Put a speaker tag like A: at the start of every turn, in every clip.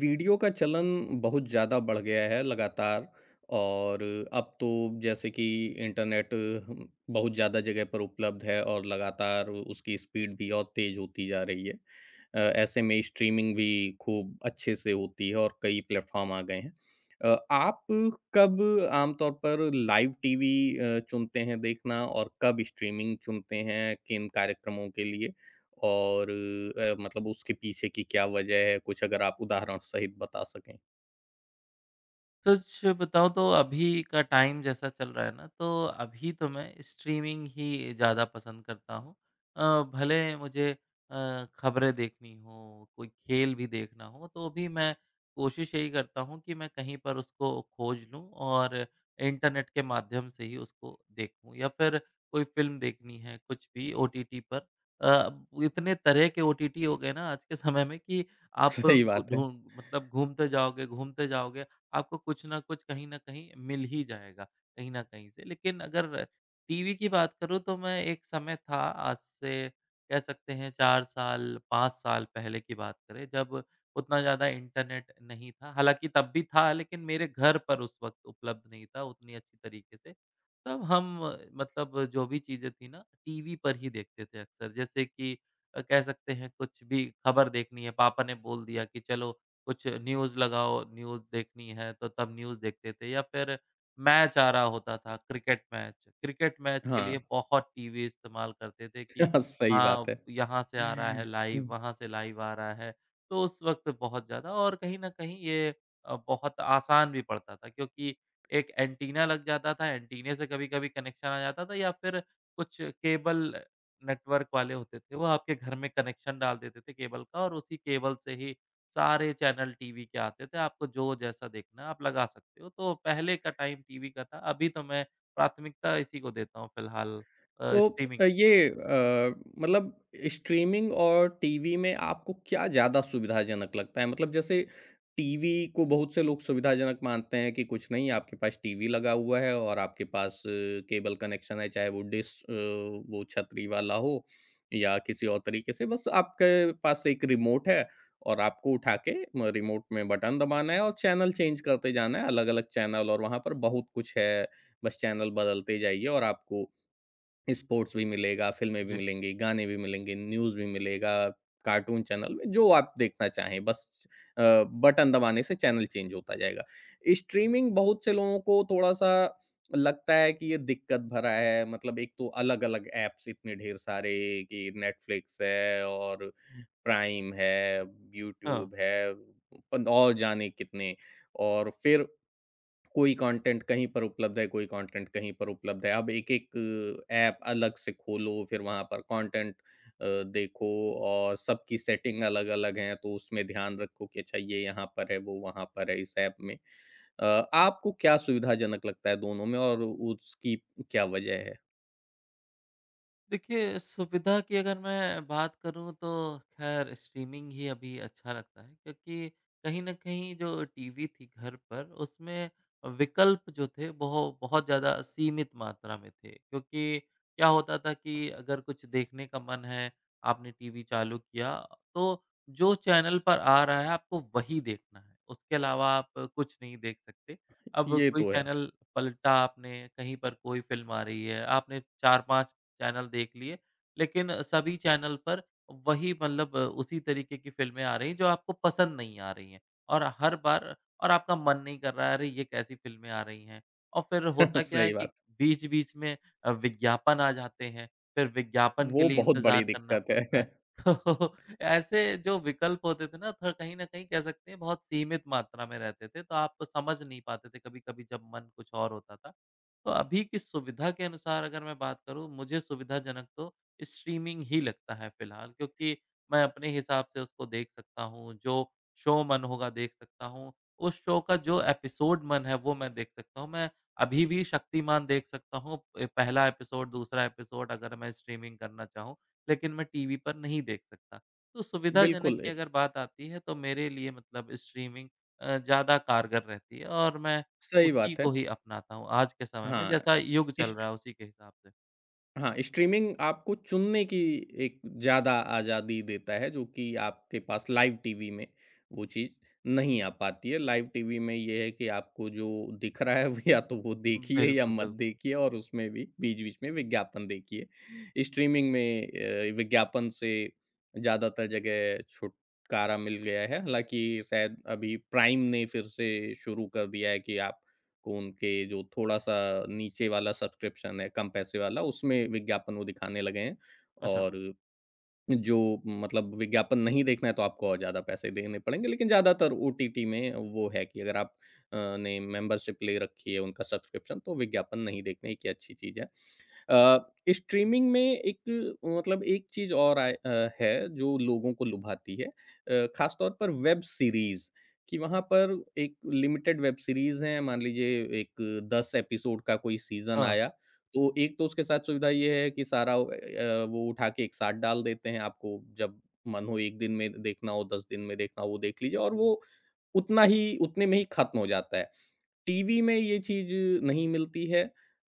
A: Video का चलन बहुत ज़्यादा बढ़ गया है लगातार और अब तो जैसे कि इंटरनेट बहुत ज़्यादा जगह पर उपलब्ध है और लगातार उसकी स्पीड भी और तेज़ होती जा रही है। ऐसे में स्ट्रीमिंग भी खूब अच्छे से होती है और कई प्लेटफ़ॉर्म आ गए हैं। आप कब आमतौर पर लाइव टीवी चुनते हैं देखना और कब स्ट्रीमिंग चुनते हैं किन कार्यक्रमों के लिए? और मतलब उसके पीछे की क्या वजह है? कुछ अगर आप उदाहरण सहित बता सकें।
B: सच बताऊँ तो अभी का टाइम जैसा चल रहा है ना, तो अभी तो मैं स्ट्रीमिंग ही ज़्यादा पसंद करता हूँ। भले मुझे अ, खबरें देखनी हो, कोई खेल भी देखना हो, तो भी मैं कोशिश यही करता हूँ कि मैं कहीं पर उसको खोज लूँ और इंटरनेट के माध्यम से ही उसको देखूँ या फिर कोई फ़िल्म देखनी है, कुछ भी ओटीटी पर। इतने तरह के ओटीटी हो गए ना आज के समय में कि आप
A: सही
B: घू
A: बात है।
B: ढूँ मतलब घूमते जाओगे आपको कुछ न कुछ कहीं न कहीं मिल ही जाएगा, कहीं न कहीं से। लेकिन अगर टीवी की बात करूँ तो मैं एक समय था आज से कह सकते हैं 4 साल, 5 साल पहले की बात करें जब उतना ज़्यादा इंटरनेट नहीं था। हालाँकि तब भी था लेकिन मेरे घर पर उस वक़्त उपलब्ध नहीं था उतनी अच्छी तरीके से। तब हम मतलब जो भी चीज़ें थी ना टीवी पर ही देखते थे अक्सर। जैसे कि कह सकते हैं कुछ भी खबर देखनी है, पापा ने बोल दिया कि चलो कुछ न्यूज़ लगाओ, न्यूज़ देखनी है तो तब न्यूज़ देखते थे या फिर मैच आ रहा होता था क्रिकेट मैच। क्रिकेट मैच के
A: हाँ,
B: लिए बहुत टीवी इस्तेमाल करते थे कि
A: सही बात
B: हाँ,
A: है।
B: यहाँ से आ रहा है लाइव, वहाँ से लाइव आ रहा है। तो उस वक़्त बहुत ज़्यादा और कहीं न कहीं ये बहुत आसान भी पड़ता था क्योंकि एक एंटीना लग जाता था, एंटीने से कभी-कभी कनेक्शन आ जाता था या फिर कुछ केबल नेटवर्क वाले होते थे, वो आपके घर में कनेक्शन डाल देते थे केबल का और उसी केबल से ही सारे चैनल टीवी के आते थे, आपको जो जैसा देखना है आप लगा सकते हो। तो पहले का टाइम टीवी का था, अभी तो मैं प्राथमिकता इसी को देता हूँ फिलहाल
A: तो अ,
B: स्ट्रीमिंग।
A: ये अ, मतलब स्ट्रीमिंग और टीवी में आपको क्या ज़्यादा सुविधाजनक लगता है? मतलब जैसे टीवी को बहुत से लोग सुविधाजनक मानते हैं कि कुछ नहीं, आपके पास टीवी लगा हुआ है और आपके पास केबल कनेक्शन है, चाहे वो डिश वो छतरी वाला हो या किसी और तरीके से, बस आपके पास एक रिमोट है और आपको उठा के म रिमोट में बटन दबाना है और चैनल चेंज करते जाना है, अलग-अलग चैनल और वहाँ पर बहुत कुछ है, बस चैनल बदलते जाइए और आपको स्पोर्ट्स भी मिलेगा, फ़िल्में भी
B: जी,
A: मिलेंगी, गाने भी मिलेंगे, न्यूज़ भी मिलेगा, कार्टून चैनल, में जो आप देखना चाहें बस अ, बटन दबाने से चैनल चेंज होता जाएगा। स्ट्रीमिंग बहुत से लोगों को थोड़ा-सा लगता है कि ये दिक्कत भरा है, मतलब एक तो अलग-अलग ऐप्स इतने ढेर सारे कि नेटफ्लिक्स है और प्राइम है,
B: हाँ।
A: यूट्यूब है, पन और जाने कितने और फिर कोई कंटेंट कहीं पर उपलब्ध है, कोई कंटेंट कहीं पर उपलब्ध है। अब एक-एक ऐप अलग से खोलो, फिर वहाँ पर कंटेंट देखो और सबकी सेटिंग अलग-अलग हैं, तो उसमें ध्यान रखो कि अच्छा ये यहाँ पर है, वो वहाँ पर है इस ऐप में। अ, आपको क्या सुविधाजनक लगता है दोनों में और उसकी क्या वजह है?
B: देखिए, सुविधा की अगर मैं बात करूँ तो ख़ैर स्ट्रीमिंग ही अभी अच्छा लगता है क्योंकि कहीं न कहीं जो टीवी थी घर पर उसमें विकल्प जो थे बहुत ज़्यादा सीमित मात्रा में थे। क्योंकि क्या होता था कि अगर कुछ देखने का मन है, आपने टीवी चालू किया तो जो चैनल पर आ रहा है आपको वही देखना है, उसके अलावा आप कुछ नहीं देख सकते। अब
A: ये
B: कोई
A: तो है।
B: चैनल पलटा आपने, कहीं पर कोई फ़िल्म आ रही है, आपने 4-5 चैनल देख लिए, लेकिन सभी चैनल पर वही मतलब उसी तरीके की फ़िल्में आ रही हैं, जो आपको पसंद नहीं आ रही हैं। और हर बार और आपका मन नहीं कर रहा है, अरे! ये कैसी फ़िल्में आ रही हैं। और फिर होता क्या है
A: सही
B: कि
A: बात।
B: बीच-बीच में विज्ञापन आ जाते हैं, फिर विज्ञापन के
A: वो
B: लिए
A: बहुत बड़ी
B: इंतज़ार करना
A: दिक्कत
B: पड़ता
A: है।
B: है। तो ऐसे जो विकल्प होते थे ना, थोड़ा कहीं न कहीं कह सकते हैं बहुत सीमित मात्रा में रहते थे, तो आप समझ नहीं पाते थे कभी-कभी जब मन कुछ और होता था। तो अभी की सुविधा के अनुसार अगर मैं बात करूँ, मुझे सुविधाजनक तो स्ट्रीमिंग ही लगता है फ़िलहाल क्योंकि मैं अपने हिसाब से उसको देख सकता हूँ, जो शो मन होगा देख सकता हूँ, उस शो का जो एपिसोड मन है वो मैं देख सकता हूँ। मैं अभी भी शक्तिमान देख सकता हूँ ए, पहला एपिसोड, दूसरा एपिसोड अगर मैं स्ट्रीमिंग करना चाहूँ, लेकिन मैं टीवी पर नहीं देख सकता। तो सुविधाजनक
A: बिल्कुल,
B: की
A: ए,
B: अगर बात आती है तो मेरे लिए मतलब स्ट्रीमिंग ज़्यादा कारगर रहती है और मैं
A: सही
B: उसी
A: बात है।
B: को ही अपनाता हूँ आज के समय में,
A: हाँ,
B: जैसा युग चल
A: इस
B: रहा है उसी के हिसाब से।
A: हाँ, स्ट्रीमिंग आपको चुनने की एक ज़्यादा आज़ादी देता है, जो कि आपके पास लाइव टीवी में वो चीज़ नहीं आ पाती है। लाइव टीवी में ये है कि आपको जो दिख रहा है, वो या तो वो देखिए या
B: बिल्कुल,
A: मत
B: बिल्कुल।
A: देखिए और उसमें भी बीच-बीच में विज्ञापन देखिए। स्ट्रीमिंग में विज्ञापन से ज़्यादातर जगह छुटकारा मिल गया है। हालाँकि शायद अभी प्राइम ने फिर से शुरू कर दिया है कि आप कौन के जो थोड़ा-सा नीचे वाला सब्सक्रिप्शन है, कम पैसे वाला, उसमें विज्ञापन वो दिखाने लगे हैं
B: अच्छा।
A: और जो मतलब विज्ञापन नहीं देखना है, तो आपको और ज़्यादा पैसे देने पड़ेंगे। लेकिन ज़्यादातर ओटीटी में वो है कि अगर आप अ, ने मेंबरशिप ले रखी है, उनका सब्सक्रिप्शन, तो विज्ञापन नहीं देखने की अच्छी चीज़ है। अ, स्ट्रीमिंग में एक चीज़ और है जो लोगों को लुभाती है ख़ास तौर पर वेब सीरीज़ कि वहाँ पर एक लिमिटेड वेब सीरीज़ है मान लीजिए एक 10 एपिसोड का कोई सीज़न
B: हाँ।
A: आया, तो एक तो उसके साथ सुविधा ये है कि वो उठा के एक साथ डाल देते हैं आपको जब मन हो 1 दिन में देखना हो, 10 दिन में देखना हो वो देख लीजिए और वो उतना ही उतने में ही ख़त्म हो जाता है। टीवी में ये चीज़ नहीं मिलती है,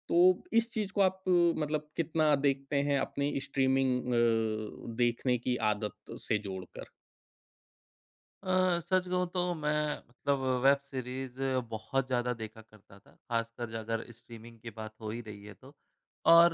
A: तो इस चीज़ को आप मतलब कितना देखते हैं अपनी स्ट्रीमिंग देखने की आदत से जोड़कर?
B: सच कहूँ तो मैं मतलब वेब सीरीज़ बहुत ज़्यादा देखा करता था, ख़ासकर अगर स्ट्रीमिंग की बात हो ही रही है तो। और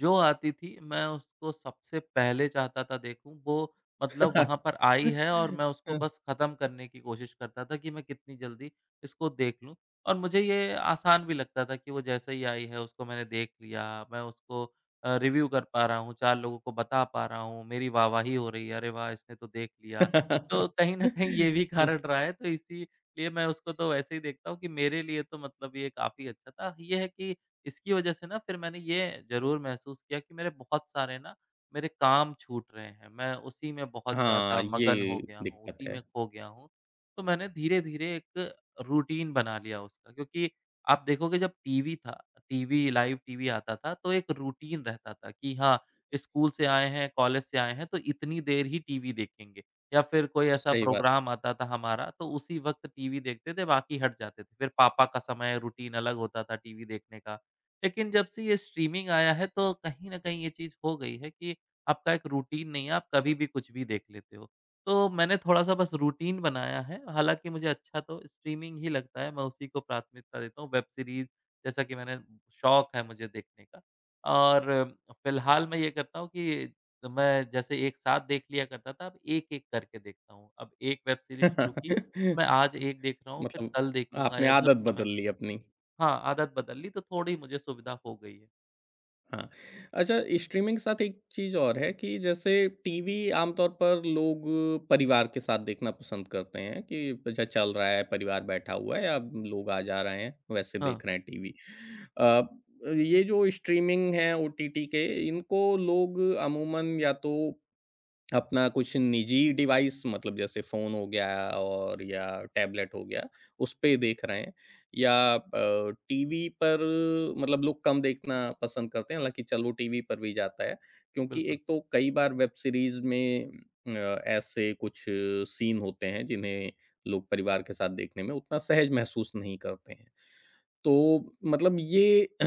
B: जो आती थी मैं उसको सबसे पहले चाहता था देखूँ, वो मतलब वहाँ पर आई है और मैं उसको बस ख़त्म करने की कोशिश करता था कि मैं कितनी जल्दी इसको देख लूँ। और मुझे ये आसान भी लगता था कि वो जैसे ही आई है उसको मैंने देख लिया, मैं उसको रिव्यू कर पा रहा हूँ, 4 लोगों को बता पा रहा हूँ, मेरी वाहवाही हो रही है, "अरे वाह! इसने तो देख लिया।" तो कहीं न कहीं ये भी कारण रहा है, तो इसीलिए मैं उसको तो वैसे ही देखता हूँ कि मेरे लिए तो मतलब ये काफ़ी अच्छा था। ये है कि इसकी वजह से ना फिर मैंने ये ज़रूर महसूस किया कि मेरे बहुत सारे ना मेरे काम छूट रहे हैं। मैं उसी में बहुत
A: हाँ,
B: ज़्यादा मगन हो
A: ये
B: गया हूँ,
A: दिक्कत
B: उसी
A: है।
B: में खो गया हूँ। तो मैंने धीरे-धीरे एक रूटीन बना लिया उसका क्योंकि आप देखोगे जब टीवी था, टीवी लाइव टीवी आता था तो एक रूटीन रहता था कि हाँ, स्कूल से आए हैं, कॉलेज से आए हैं तो इतनी देर ही टीवी देखेंगे। या फिर कोई ऐसा
A: सही बात।
B: प्रोग्राम आता था हमारा, तो उसी वक़्त टीवी देखते थे, बाकी हट जाते थे। फिर पापा का समय, रूटीन अलग होता था टीवी देखने का। लेकिन जब से ये स्ट्रीमिंग आया है, तो कहीं न कहीं ये चीज़ हो गई है कि आपका एक रूटीन नहीं है, आप कभी भी कुछ भी देख लेते हो। तो मैंने थोड़ा-सा बस रूटीन बनाया है, हालाँकि मुझे अच्छा तो स्ट्रीमिंग ही लगता है, मैं उसी को प्राथमिकता देता हूँ। वेब सीरीज़, जैसा कि मैंने शौक है मुझे देखने का और फ़िलहाल मैं ये करता हूँ कि तो मैं जैसे एक साथ देख लिया करता था, अब एक-एक करके देखता हूँ। अब एक वेब सीरीज़ शुरू की, तो मैं आज एक देख रहा हूँ, फिर
A: मतलब
B: कल देखूँगा
A: आपने
B: या जब
A: आदत
B: समय
A: बदल ली
B: मिला।
A: अपनी।
B: हाँ, आदत बदल ली तो थोड़ी मुझे सुविधा हो गई है।
A: हाँ, अच्छा स्ट्रीमिंग के साथ एक चीज़ और है कि जैसे टीवी आमतौर पर लोग परिवार के साथ देखना पसंद करते हैं कि अच्छा चल रहा है, परिवार बैठा हुआ है या लोग आ जा रहे हैं, वैसे
B: हाँ,
A: देख रहे हैं टीवी। अ, ये जो स्ट्रीमिंग है ओटीटी के, इनको लोग अमूमन या तो अपना कुछ निजी डिवाइस मतलब जैसे फ़ोन हो गया और या टैबलेट हो गया, उसपे देख रहे हैं या टीवी पर मतलब लोग कम देखना पसंद करते हैं, हालाँकि चलो टीवी पर भी जाता है। क्योंकि
B: बिल्कुल।
A: एक तो कई बार वेब सीरीज़ में ऐसे कुछ सीन होते हैं जिन्हें लोग परिवार के साथ देखने में उतना सहज महसूस नहीं करते हैं। तो मतलब ये अ,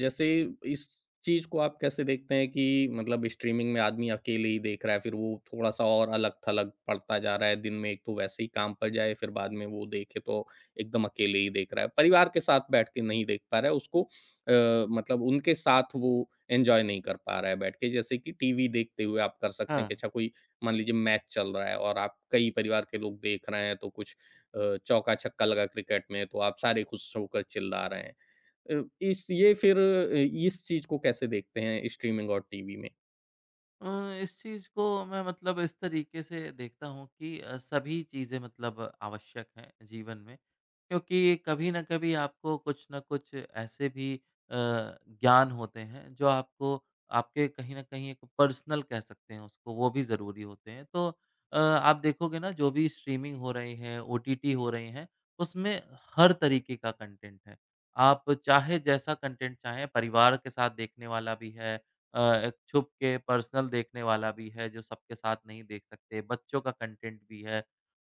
A: जैसे इस चीज़ को आप कैसे देखते हैं कि मतलब स्ट्रीमिंग में आदमी अकेले ही देख रहा है, फिर वो थोड़ा-सा और अलग-थलग पड़ता जा रहा है, दिन में एक तो वैसे ही काम पर जाए, फिर बाद में वो देखे तो एकदम अकेले ही देख रहा है। परिवार के साथ बैठ के नहीं देख पा रहा है उसको मतलब उनके साथ वो एन्जॉय नहीं कर पा रहा है बैठ के, जैसे कि टीवी देखते हुए आप कर सकते हैं कि
B: हाँ।
A: अच्छा कोई मान लीजिए मैच चल रहा है और आप कई परिवार के लोग देख रहे हैं, तो कुछ चौका-छक्का लगा क्रिकेट में तो आप सारे खुश होकर चिल्ला रहे हैं। अ, इस ये फिर अ, इस चीज़ को कैसे देखते हैं स्ट्रीमिंग और टीवी में?
B: अ, इस चीज़ को मैं मतलब इस तरीके से देखता हूँ कि सभी चीज़ें मतलब आवश्यक हैं जीवन में। क्योंकि कभी न कभी आपको कुछ न कुछ ऐसे भी ज्ञान होते हैं जो आपको आपके कहीं न कहीं एक पर्सनल कह सकते हैं उसको, वो भी ज़रूरी होते हैं। तो आप देखोगे ना जो भी स्ट्रीमिंग हो रही है, ओटीटी हो रही हैं, उसमें हर तरीके का कंटेंट है। आप चाहे जैसा कंटेंट चाहें, परिवार के साथ देखने वाला भी है छुप के पर्सनल देखने वाला भी है, जो सबके साथ नहीं देख सकते, बच्चों का कंटेंट भी है।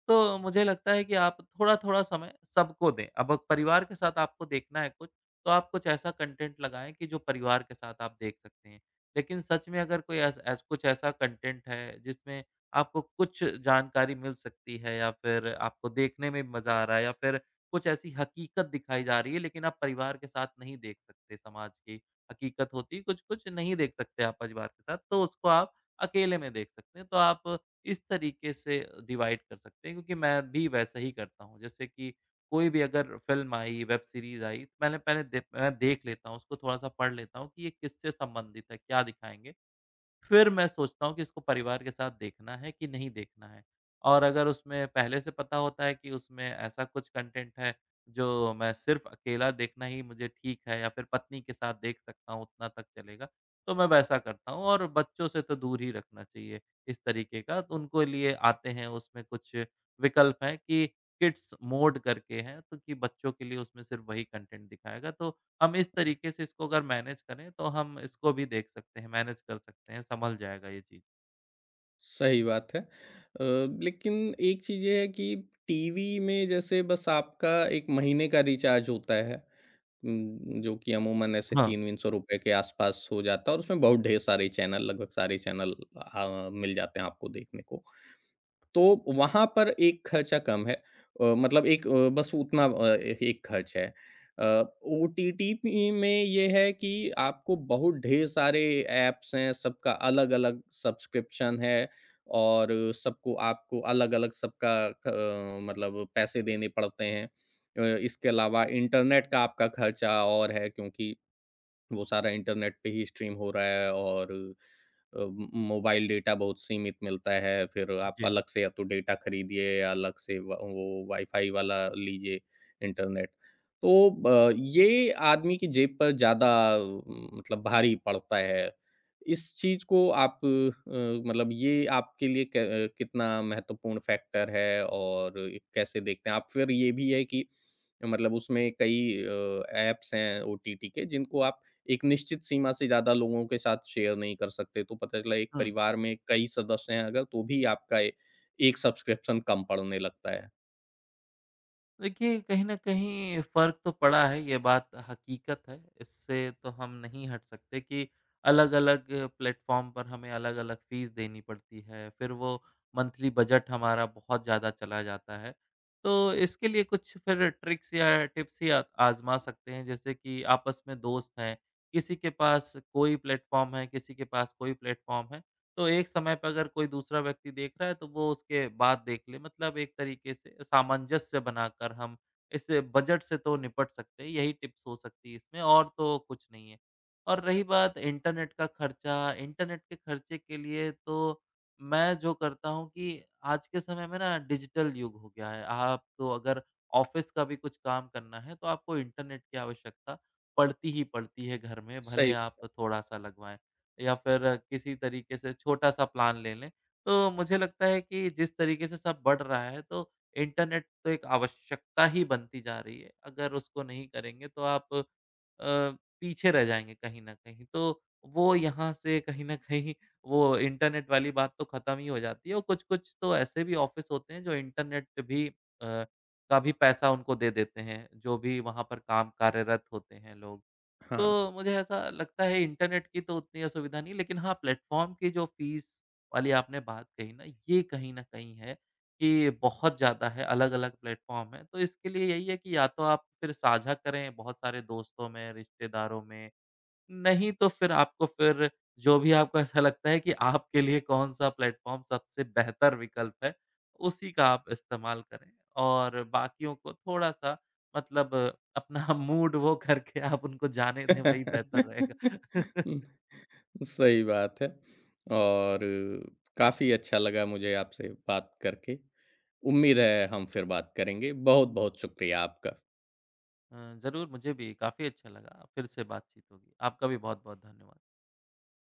B: तो मुझे लगता है कि आप थोड़ा-थोड़ा समय सबको दें। अब परिवार के साथ आपको देखना है कुछ, तो आप कुछ ऐसा कंटेंट लगाएँ कि जो परिवार के साथ आप देख सकते हैं। लेकिन सच में अगर कोई ऐस ऐस कुछ ऐसा कंटेंट है, जिसमें आपको कुछ जानकारी मिल सकती है या फिर आपको देखने में मज़ा आ रहा है या फिर कुछ ऐसी हकीकत दिखाई जा रही है, लेकिन आप परिवार के साथ नहीं देख सकते समाज की। हकीकत होती है, कुछ-कुछ नहीं देख सकते आप परिवार के साथ, तो उसको आप अकेले में देख सकते हैं। तो आप इस तरीके से डिवाइड कर सकते हैं, क्योंकि मैं भी वैसा ही करता हूँ। जैसे कि कोई भी अगर फ़िल्म आई, वेब सीरीज़ आई, तो मैंने पहले दे मैं देख लेता हूँ, उसको थोड़ा-सा पढ़ लेता हूँ कि ये किससे संबंधित है, क्या दिखाएँगे। फिर मैं सोचता हूँ कि इसको परिवार के साथ देखना है कि नहीं देखना है। और अगर उसमें पहले से पता होता है कि उसमें ऐसा कुछ कंटेंट है, जो मैं सिर्फ़ अकेला देखना ही मुझे ठीक है या फिर पत्नी के साथ देख सकता हूँ, उतना तक चलेगा, तो मैं वैसा करता हूँ और बच्चों से तो दूर ही रखना चाहिए इस तरीके का। तो उनको लिए आते हैं उसमें कुछ विकल्प हैं कि किड्स मोड करके हैं, तो कि बच्चों के लिए उसमें सिर्फ़ वही कंटेंट दिखाएगा। तो हम इस तरीके से इसको अगर मैनेज करें तो हम इसको भी देख सकते हैं, मैनेज कर सकते हैं, सँभल जाएगा ये चीज़।
A: सही बात है। लेकिन एक चीज़ ये है कि टीवी में जैसे बस आपका 1 महीने का रिचार्ज होता है। जो कि अमूमन ऐसे
B: हाँ,
A: 3-300 रुपए के आसपास हो जाता है और उसमें बहुत ढेर सारे चैनल लगभग सारे चैनल मिल जाते हैं आपको देखने को। तो वहाँ पर एक खर्चा कम है बस उतना एक खर्च है। अ, ओटीटी पी में ये है कि आपको बहुत ढेर सारे ऐप्स हैं, सबका अलग-अलग सब्सक्रिप्शन है और सबको आपको अलग-अलग सबका मतलब पैसे देने पड़ते हैं। इसके अलावा इंटरनेट का आपका खर्चा और है क्योंकि वो सारा इंटरनेट पे ही स्ट्रीम हो रहा है और अ, म मोबाइल डेटा बहुत सीमित मिलता है, फिर आप
B: जी।
A: अलग से या तो डेटा खरीदिए या अलग से व वो वाईफ़ाई वाला लीजिए इंटरनेट। तो ब ये आदमी की जेब पर ज़्यादा मतलब भारी पड़ता है। इस चीज़ को आप ये आपके लिए कितना महत्वपूर्ण फैक्टर है और ये कैसे देखते हैं आप? फिर ये भी है कि मतलब उसमें कई ऐप्स हैं ओटीटी के जिनको आप एक निश्चित सीमा से ज़्यादा लोगों के साथ शेयर नहीं कर सकते, तो पता चला एक
B: हुँ।
A: परिवार में कई सदस्य हैं अगर तो भी आपका ए एक सब्सक्रिप्शन कम पड़ने लगता है।
B: देखिए, कहीं न कहीं फ़र्क तो पड़ा है, ये बात हकीकत है। इससे तो हम नहीं हट सकते कि अलग-अलग प्लेटफ़ॉर्म पर हमें अलग-अलग फ़ीस देनी पड़ती है, फिर वो मंथली बजट हमारा बहुत ज़्यादा चला जाता है। तो इसके लिए कुछ फिर ट्रिक्स या टिप्स ही आ आज़मा सकते हैं, जैसे कि आपस में दोस्त हैं, किसी के पास कोई प्लेटफ़ॉर्म है, किसी के पास कोई प्लेटफ़ॉर्म है, तो एक समय पे अगर कोई दूसरा व्यक्ति देख रहा है तो वो उसके बाद देख ले। मतलब एक तरीके से सामंजस्य बनाकर हम इस बजट से तो निपट सकते हैं, यही टिप्स हो सकती है इसमें और तो कुछ नहीं है। और रही बात इंटरनेट का खर्चा, इंटरनेट के खर्चे के लिए तो मैं जो करता हूँ कि आज के समय में ना डिजिटल युग हो गया है। आपको अगर ऑफ़िस का भी कुछ काम करना है तो आपको इंटरनेट की आवश्यकता पड़ती ही पड़ती है घर में, भले
A: सही
B: आप थोड़ा-सा लगवाएँ। या फिर किसी तरीके से छोटा-सा प्लान ले लें। तो मुझे लगता है कि जिस तरीके से सब बढ़ रहा है तो इंटरनेट तो एक आवश्यकता ही बनती जा रही है। अगर उसको नहीं करेंगे तो आप पीछे रह जाएँगे कहीं न कहीं। तो वो यहाँ से कहीं न कहीं वो इंटरनेट वाली बात तो ख़त्म ही हो जाती है और कुछ-कुछ तो ऐसे भी ऑफ़िस होते हैं जो इंटरनेट भी का भी पैसा उनको दे देते हैं, जो भी वहाँ पर काम कार्यरत होते हैं लोग।
A: हाँ।
B: तो मुझे ऐसा लगता है इंटरनेट की तो उतनी असुविधा नहीं, लेकिन हाँ प्लेटफ़ॉर्म की जो फ़ीस वाली आपने बात कही ना, ये कहीं न कहीं है कि बहुत ज़्यादा है, अलग-अलग प्लेटफ़ॉर्म हैं। तो इसके लिए यही है कि या तो आप फिर साझा करें बहुत सारे दोस्तों में, रिश्तेदारों में नहीं तो फिर आपको फिर जो भी आपको ऐसा लगता है कि आपके लिए कौन-सा प्लेटफ़ॉर्म सबसे बेहतर विकल्प है, उसी का आप इस्तेमाल करें और बाकियों को थोड़ा-सा मतलब अपना मूड वो करके आप उनको जाने दें, वही बेहतर रहेगा।
A: हुँ, सही बात है और काफ़ी अच्छा लगा मुझे आपसे बात करके। उम्मीद है हम फिर बात करेंगे। बहुत-बहुत शुक्रिया आपका।
B: ज़रूर मुझे भी काफ़ी अच्छा लगा, फिर से बातचीत होगी। आपका भी बहुत-बहुत धन्यवाद।